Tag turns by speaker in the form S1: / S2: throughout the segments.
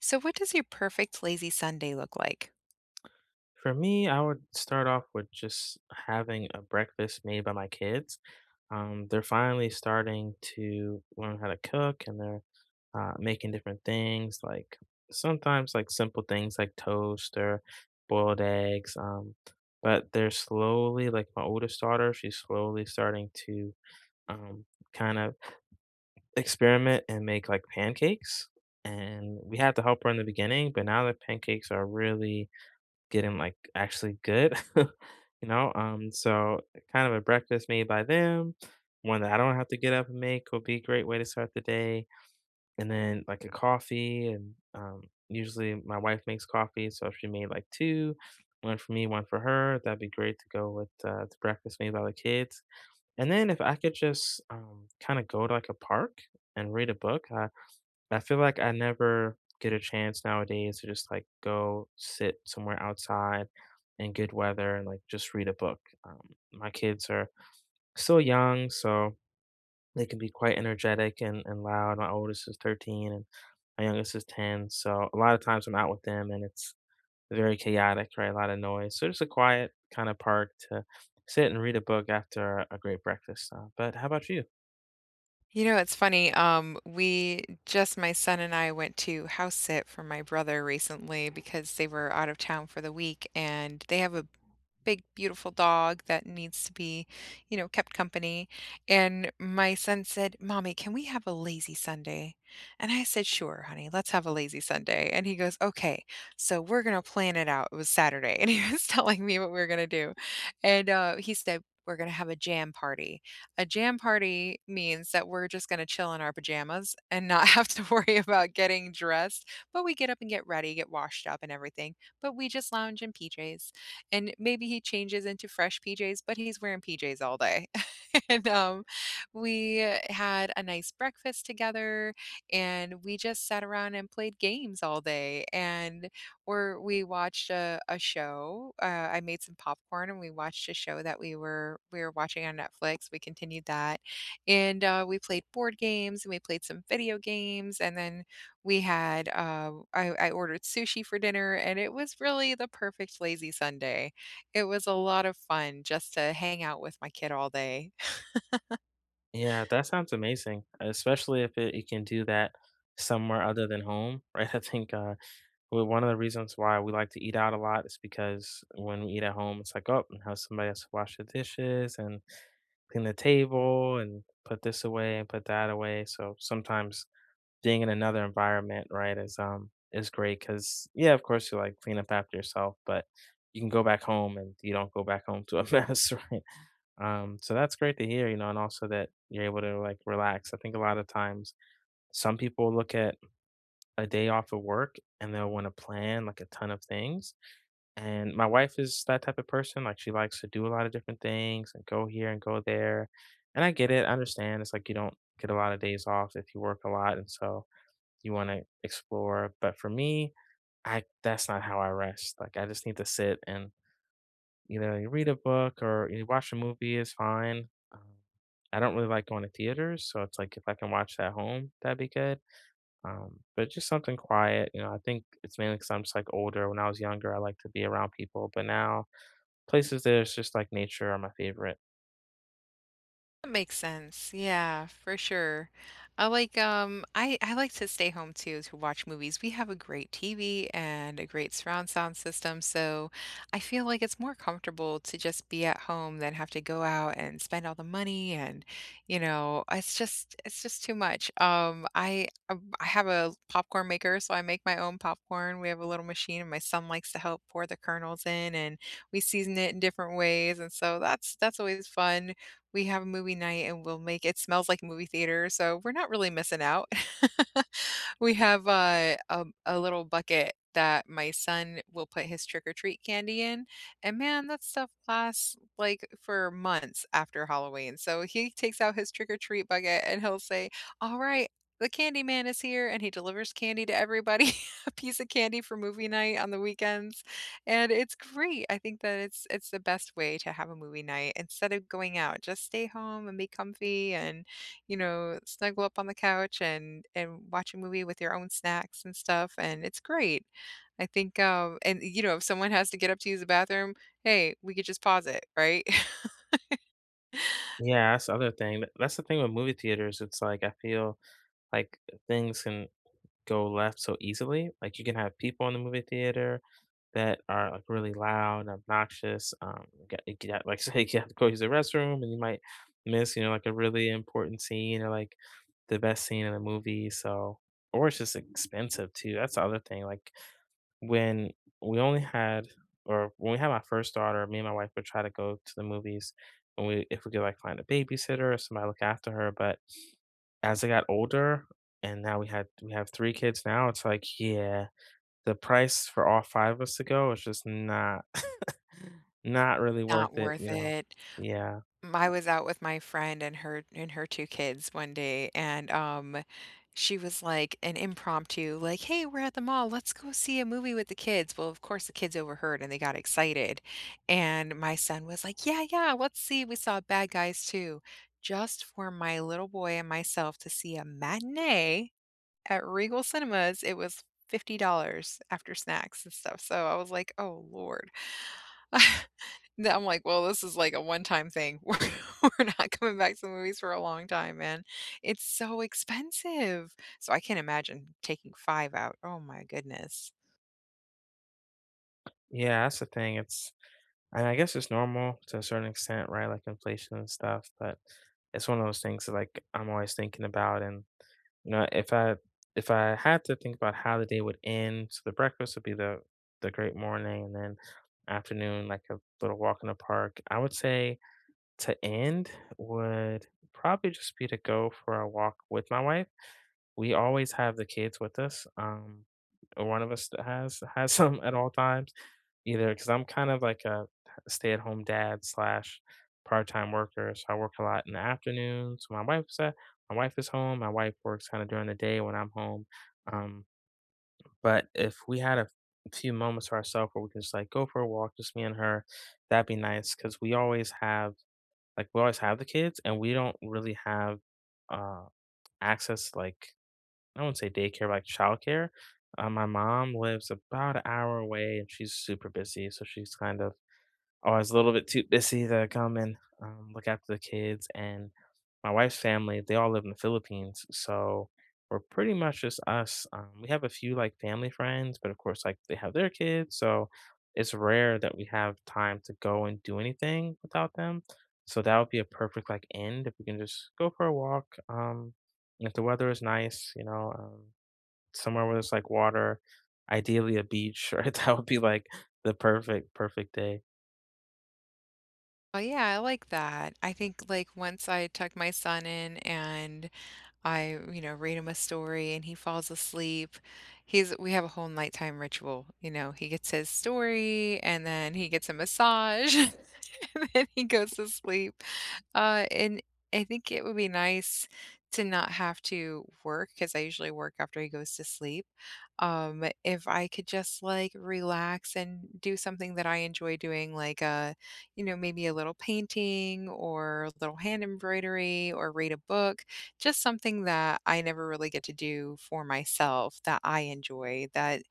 S1: So, what does your perfect lazy Sunday look like?
S2: For me, I would start off with just having a breakfast made by my kids. They're finally starting to learn how to cook, and they're making different things, like sometimes like simple things like toast or boiled eggs. But they're slowly, like my oldest daughter, she's slowly starting to um, kind of experiment and make like pancakes. And we had to help her in the beginning, but now the pancakes are really getting, like, actually good, so kind of a breakfast made by them, one that I don't have to get up and make, would be a great way to start the day. And then, like, a coffee and, usually my wife makes coffee, so if she made, like, 2, 1 for me, 1 for her, that'd be great to go with, the breakfast made by the kids. And then if I could just, kinda go to, like, a park and read a book. I feel like I never get a chance nowadays to just like go sit somewhere outside in good weather and like just read a book. Um, my kids are still young, so they can be quite energetic and, loud. My oldest is 13, and my youngest is 10. So a lot of times I'm out with them, and it's very chaotic, right? A lot of noise. So just a quiet kind of park to sit and read a book after a great breakfast. But how about you?
S1: You know, it's funny. We just my son and I went to house sit for my brother recently because they were out of town for the week, and they have a big, beautiful dog that needs to be, you know, kept company. And my son said, "Mommy, can we have a lazy Sunday?" And I said, "Sure, honey, let's have a lazy Sunday." And he goes, "Okay, so we're gonna plan it out." It was Saturday, and he was telling me what we were gonna do. And he said, "We're gonna have a jam party." A jam party means that we're just gonna chill in our pajamas and not have to worry about getting dressed, but we get up and get ready, get washed up and everything, but we just lounge in PJs. And maybe he changes into fresh PJs, but he's wearing PJs all day. and We had a nice breakfast together, and we just sat around and played games all day, and or we watched a show. I made some popcorn, and we watched a show that we were watching on Netflix. We continued that, and we played board games, and we played some video games, and then we had I ordered sushi for dinner, and it was really the perfect lazy Sunday. It was a lot of fun just to hang out with my kid all day.
S2: Yeah, that sounds amazing, especially if it can do that somewhere other than home, right? I think well, one of the reasons why we like to eat out a lot is because when we eat at home, it's like, oh, now somebody has to wash the dishes and clean the table and put this away and put that away. So sometimes being in another environment, right, is great because, yeah, of course you like clean up after yourself, but you can go back home and you don't go back home to a mess, right? So that's great to hear, you know, and also that you're able to like relax. I think a lot of times some people look at a day off of work and they'll want to plan like a ton of things. And my wife is that type of person. Like she likes to do a lot of different things and go here and go there. And I get it. I understand. It's like you don't get a lot of days off if you work a lot. And so you want to explore. But for me, I that's not how I rest. Like I just need to sit and you know, you read a book or you watch a movie is fine. Um, I don't really like going to theaters, so it's like if I can watch that at home, that'd be good. But just something quiet, you know. I think it's mainly because I'm just like older. When I was younger, I like to be around people, but now places there's just like nature are my favorite.
S1: That makes sense. Yeah, for sure. I like I like to stay home too to watch movies. We have a great TV and a great surround sound system, so I feel like it's more comfortable to just be at home than have to go out and spend all the money. And you know, it's just too much. I have a popcorn maker, so I make my own popcorn. We have a little machine and my son likes to help pour the kernels in, and we season it in different ways, and so that's always fun. We have a movie night and we'll make it smells like movie theater, so we're not really missing out. We have a little bucket that my son will put his trick or treat candy in, and man, that stuff lasts, like, for months after Halloween, so he takes out his trick or treat bucket and he'll say, "Alright, the Candy Man is here," and he delivers candy to everybody, a piece of candy for movie night on the weekends. And it's great. I think that it's the best way to have a movie night instead of going out. Just stay home and be comfy and, you know, snuggle up on the couch and watch a movie with your own snacks and stuff, and it's great. I think, and, you know, if someone has to get up to use the bathroom, hey, we could just pause it, right?
S2: Yeah, that's the other thing. That's the thing with movie theaters. It's like I feel like things can go left so easily. Like you can have people in the movie theater that are like really loud and obnoxious. You get, like say you have to go use the restroom, and you might miss you know like a really important scene or like the best scene in the movie. So or it's just expensive too. That's the other thing. Like when we only had when we had my first daughter, me and my wife would try to go to the movies when we if we could like find a babysitter or somebody look after her. But as I got older and now we had we have three kids now, it's like, yeah, the price for all five of us to go is just not not really
S1: Not
S2: worth it,
S1: worth
S2: you know.
S1: it.
S2: Yeah.
S1: I was out with my friend and her 2 kids one day, and, she was like an impromptu, like, "Hey, we're at the mall, let's go see a movie with the kids." Well, of course, the kids overheard and they got excited, and my son was like, "Yeah, yeah, let's see." We saw Bad Guys Too, just for my little boy and myself. To see a matinee at Regal Cinemas, it was $50 after snacks and stuff, so I was like, "Oh, lord." Then I'm like, "Well, this is like a one-time thing. We're not coming back to the movies for a long time, man." It's so expensive. So I can't imagine taking 5 out. Oh my goodness.
S2: Yeah, that's the thing. It's and I guess it's normal to a certain extent, right? Like inflation and stuff, but it's one of those things that like I'm always thinking about. And now, if I had to think about how the day would end, so the breakfast would be the great morning, and then afternoon, like a little walk in the park. I would say to end would probably just be to go for a walk with my wife. We always have the kids with us. One of us that has some at all times, either because I'm kind of like a stay at home dad slash part time worker, so I work a lot in the afternoons. My wife is home. My wife works kind of during the day when I'm home. Um, but if we had a few moments to ourselves where we can just like go for a walk, just me and her, that'd be nice because we always have the kids and we don't really have uh access, like I wouldn't say daycare, like childcare. My mom lives about an hour away and she's super busy. So she's kind of always a little bit too busy to come and look after the kids. And my wife's family, they all live in the Philippines. So we're pretty much just us. We have a few like family friends, but of course, like they have their kids. So it's rare that we have time to go and do anything without them. So that would be a perfect like end if we can just go for a walk. If the weather is nice, you know, somewhere where there's like water, ideally a beach, right? That would be like the perfect, perfect day.
S1: Oh yeah, I like that. I think, like, once I tuck my son in, and I, you know, read him a story and he falls asleep. He's we have a whole nighttime ritual, you know, he gets his story and then he gets a massage and then he goes to sleep. And I think it would be nice to not have to work because I usually work after he goes to sleep. If I could just like relax and do something that I enjoy doing, like a, you know, maybe a little painting or a little hand embroidery or read a book, just something that I never really get to do for myself that I enjoy, that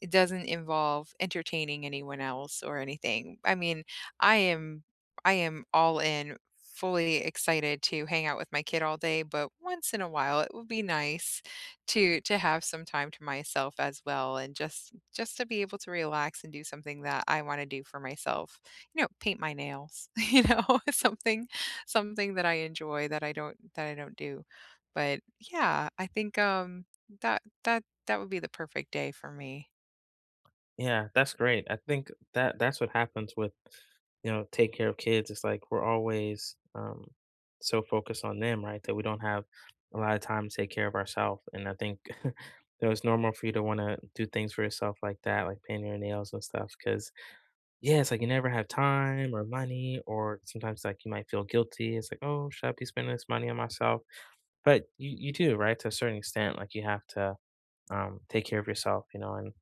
S1: it doesn't involve entertaining anyone else or anything. I mean, I am I am all in, fully excited to hang out with my kid all day, but once in a while it would be nice to have some time to myself as well, and just to be able to relax and do something that I want to do for myself. You know, paint my nails, you know, something, something that I enjoy, that I don't do. But yeah, I think that would be the perfect day for me.
S2: Yeah, that's great. I think that that's what happens with, you know, take care of kids. It's like we're always so focused on them, right? That we don't have a lot of time to take care of ourselves. And I think you know, it's normal for you to want to do things for yourself like that, like painting your nails and stuff. Cause yeah, it's like you never have time or money, or sometimes like you might feel guilty. It's like, oh, should I be spending this money on myself? But you do, right? To a certain extent, like, you have to, take care of yourself, you know, and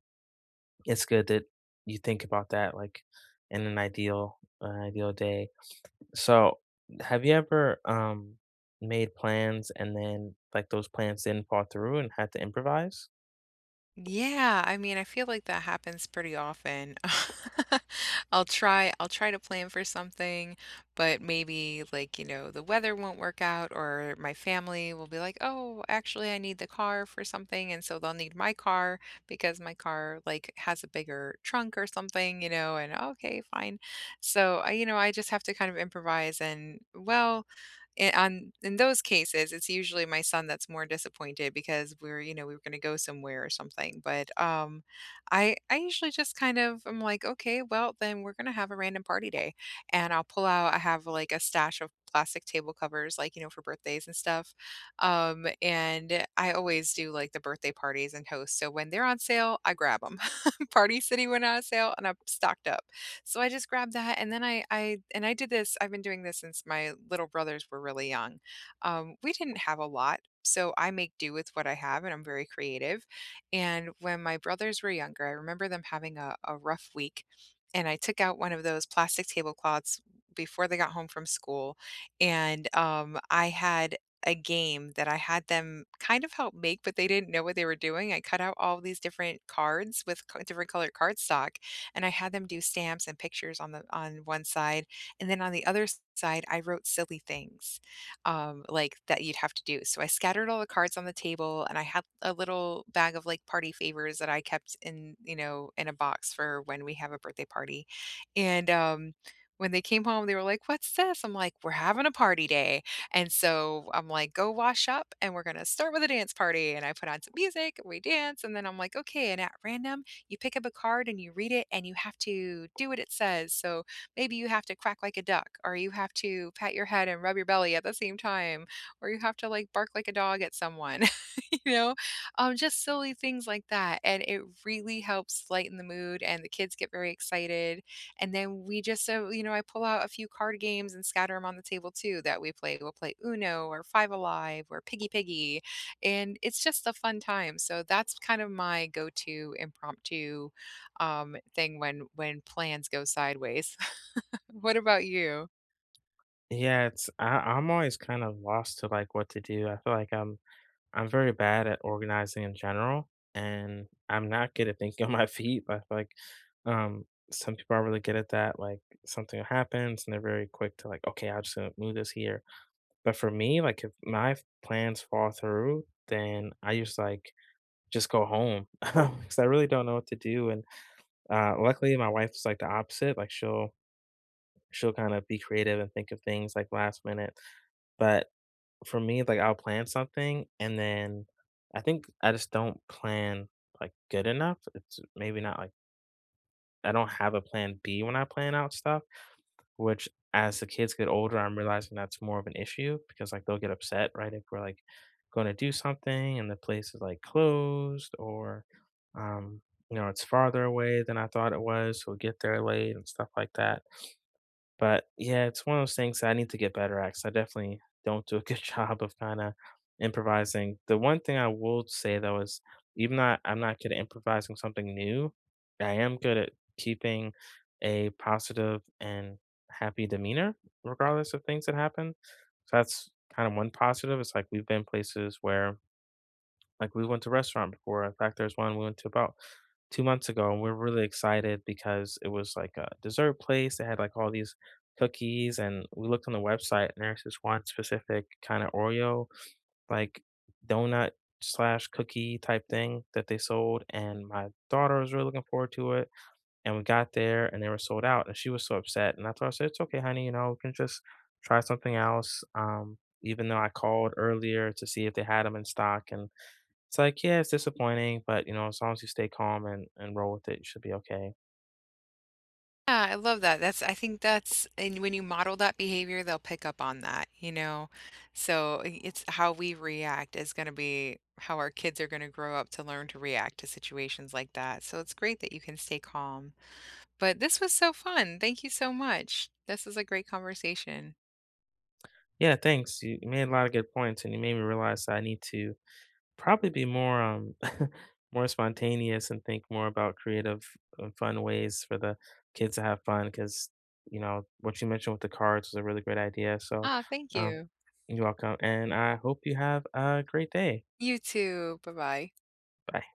S2: it's good that you think about that, like, in an ideal day. So, have you ever, made plans and then, like, those plans didn't fall through and had to improvise?
S1: Yeah, I mean, I feel like that happens pretty often. I'll try to plan for something, but maybe like, you know, the weather won't work out, or my family will be like, "Oh, actually I need the car for something." And so they'll need my car because my car like has a bigger trunk or something, you know, and okay, fine. So, I You know, I just have to kind of improvise and well, and on in those cases, it's usually my son that's more disappointed because we're, you know, we were going to go somewhere or something. But I usually just kind of I'm like, okay, well then we're going to have a random party day, and I'll pull out. I have like a stash of plastic table covers, like you know, for birthdays and stuff. And I always do like the birthday parties and hosts. So when they're on sale, I grab them. Party City went on sale, and I'm stocked up. So I just grabbed that, and then I did this, I've been doing this since my little brothers were really young. We didn't have a lot, so I make do with what I have, and I'm very creative. And when my brothers were younger, I remember them having a rough week, and I took out one of those plastic tablecloths before they got home from school, and I had a game that I had them kind of help make, but they didn't know what they were doing. I cut out all these different cards with different colored cardstock, and I had them do stamps and pictures on the on one side, and then on the other side, I wrote silly things, like that you'd have to do. So I scattered all the cards on the table, and I had a little bag of like party favors that I kept in, you know, in a box for when we have a birthday party. And when they came home, they were like, "What's this?" I'm like, "We're having a party day." And so I'm like, go wash up and we're going to start with a dance party. And I put on some music and we dance. And then I'm like, okay. And at random, you pick up a card and you read it and you have to do what it says. So maybe you have to quack like a duck, or you have to pat your head and rub your belly at the same time, or you have to like bark like a dog at someone, you know, just silly things like that. And it really helps lighten the mood, and the kids get very excited. And then we just, you know, I pull out a few card games and scatter them on the table too that we play. We'll play Uno or Five Alive or Piggy Piggy, and it's just a fun time. So that's kind of my go-to impromptu, thing when plans go sideways. What about you?
S2: Yeah, it's I I'm always kind of lost to, like, what to do. I feel like I'm very bad at organizing in general, and I'm not good at thinking on my feet, but I feel like Um, some people are really good at that, like something happens and they're very quick to like, okay, I'm just gonna move this here. But for me, like if my plans fall through, then I just like just go home because I really don't know what to do. And luckily, my wife is like the opposite. Like she'll kind of be creative and think of things like last minute. But for me, like I'll plan something and then I think I just don't plan like good enough. It's maybe not like I don't have a plan B when I plan out stuff, which as the kids get older, I'm realizing that's more of an issue because like they'll get upset, right? If we're like going to do something and the place is like closed or um, you know, it's farther away than I thought it was, so we get there late and stuff like that. But yeah, it's one of those things that I need to get better at, 'cause I definitely don't do a good job of kinda improvising. The one thing I will say though is even though I'm not good at improvising something new, I am good at keeping a positive and happy demeanor regardless of things that happen. So that's kind of one positive. It's like we've been places where like we went to a restaurant before. In fact, there's one we went to about 2 months ago, and we're really excited because it was like a dessert place. They had like all these cookies, and we looked on the website, and there's this one specific kind of Oreo, like donut slash cookie type thing that they sold. And my daughter was really looking forward to it. And we got there, and they were sold out, and she was so upset. And I told her, I said, "It's okay, honey. You know, we can just try something else." Even though I called earlier to see if they had them in stock, and it's like, yeah, it's disappointing, but you know, as long as you stay calm and, roll with it, you should be okay.
S1: Yeah, I love that. That's I think that's and when you model that behavior, they'll pick up on that, you know? So it's how we react is going to be how our kids are going to grow up to learn to react to situations like that. So it's great that you can stay calm. But this was so fun. Thank you so much. This is a great conversation.
S2: Yeah, thanks. You made a lot of good points and you made me realize that I need to probably be more more spontaneous and think more about creative and fun ways for the kids to have fun because you know, what you mentioned with the cards was a really great idea. So
S1: Ah, thank
S2: um
S1: you.
S2: you're welcome. And I hope you have a great day.
S1: You too. Bye bye.
S2: Bye.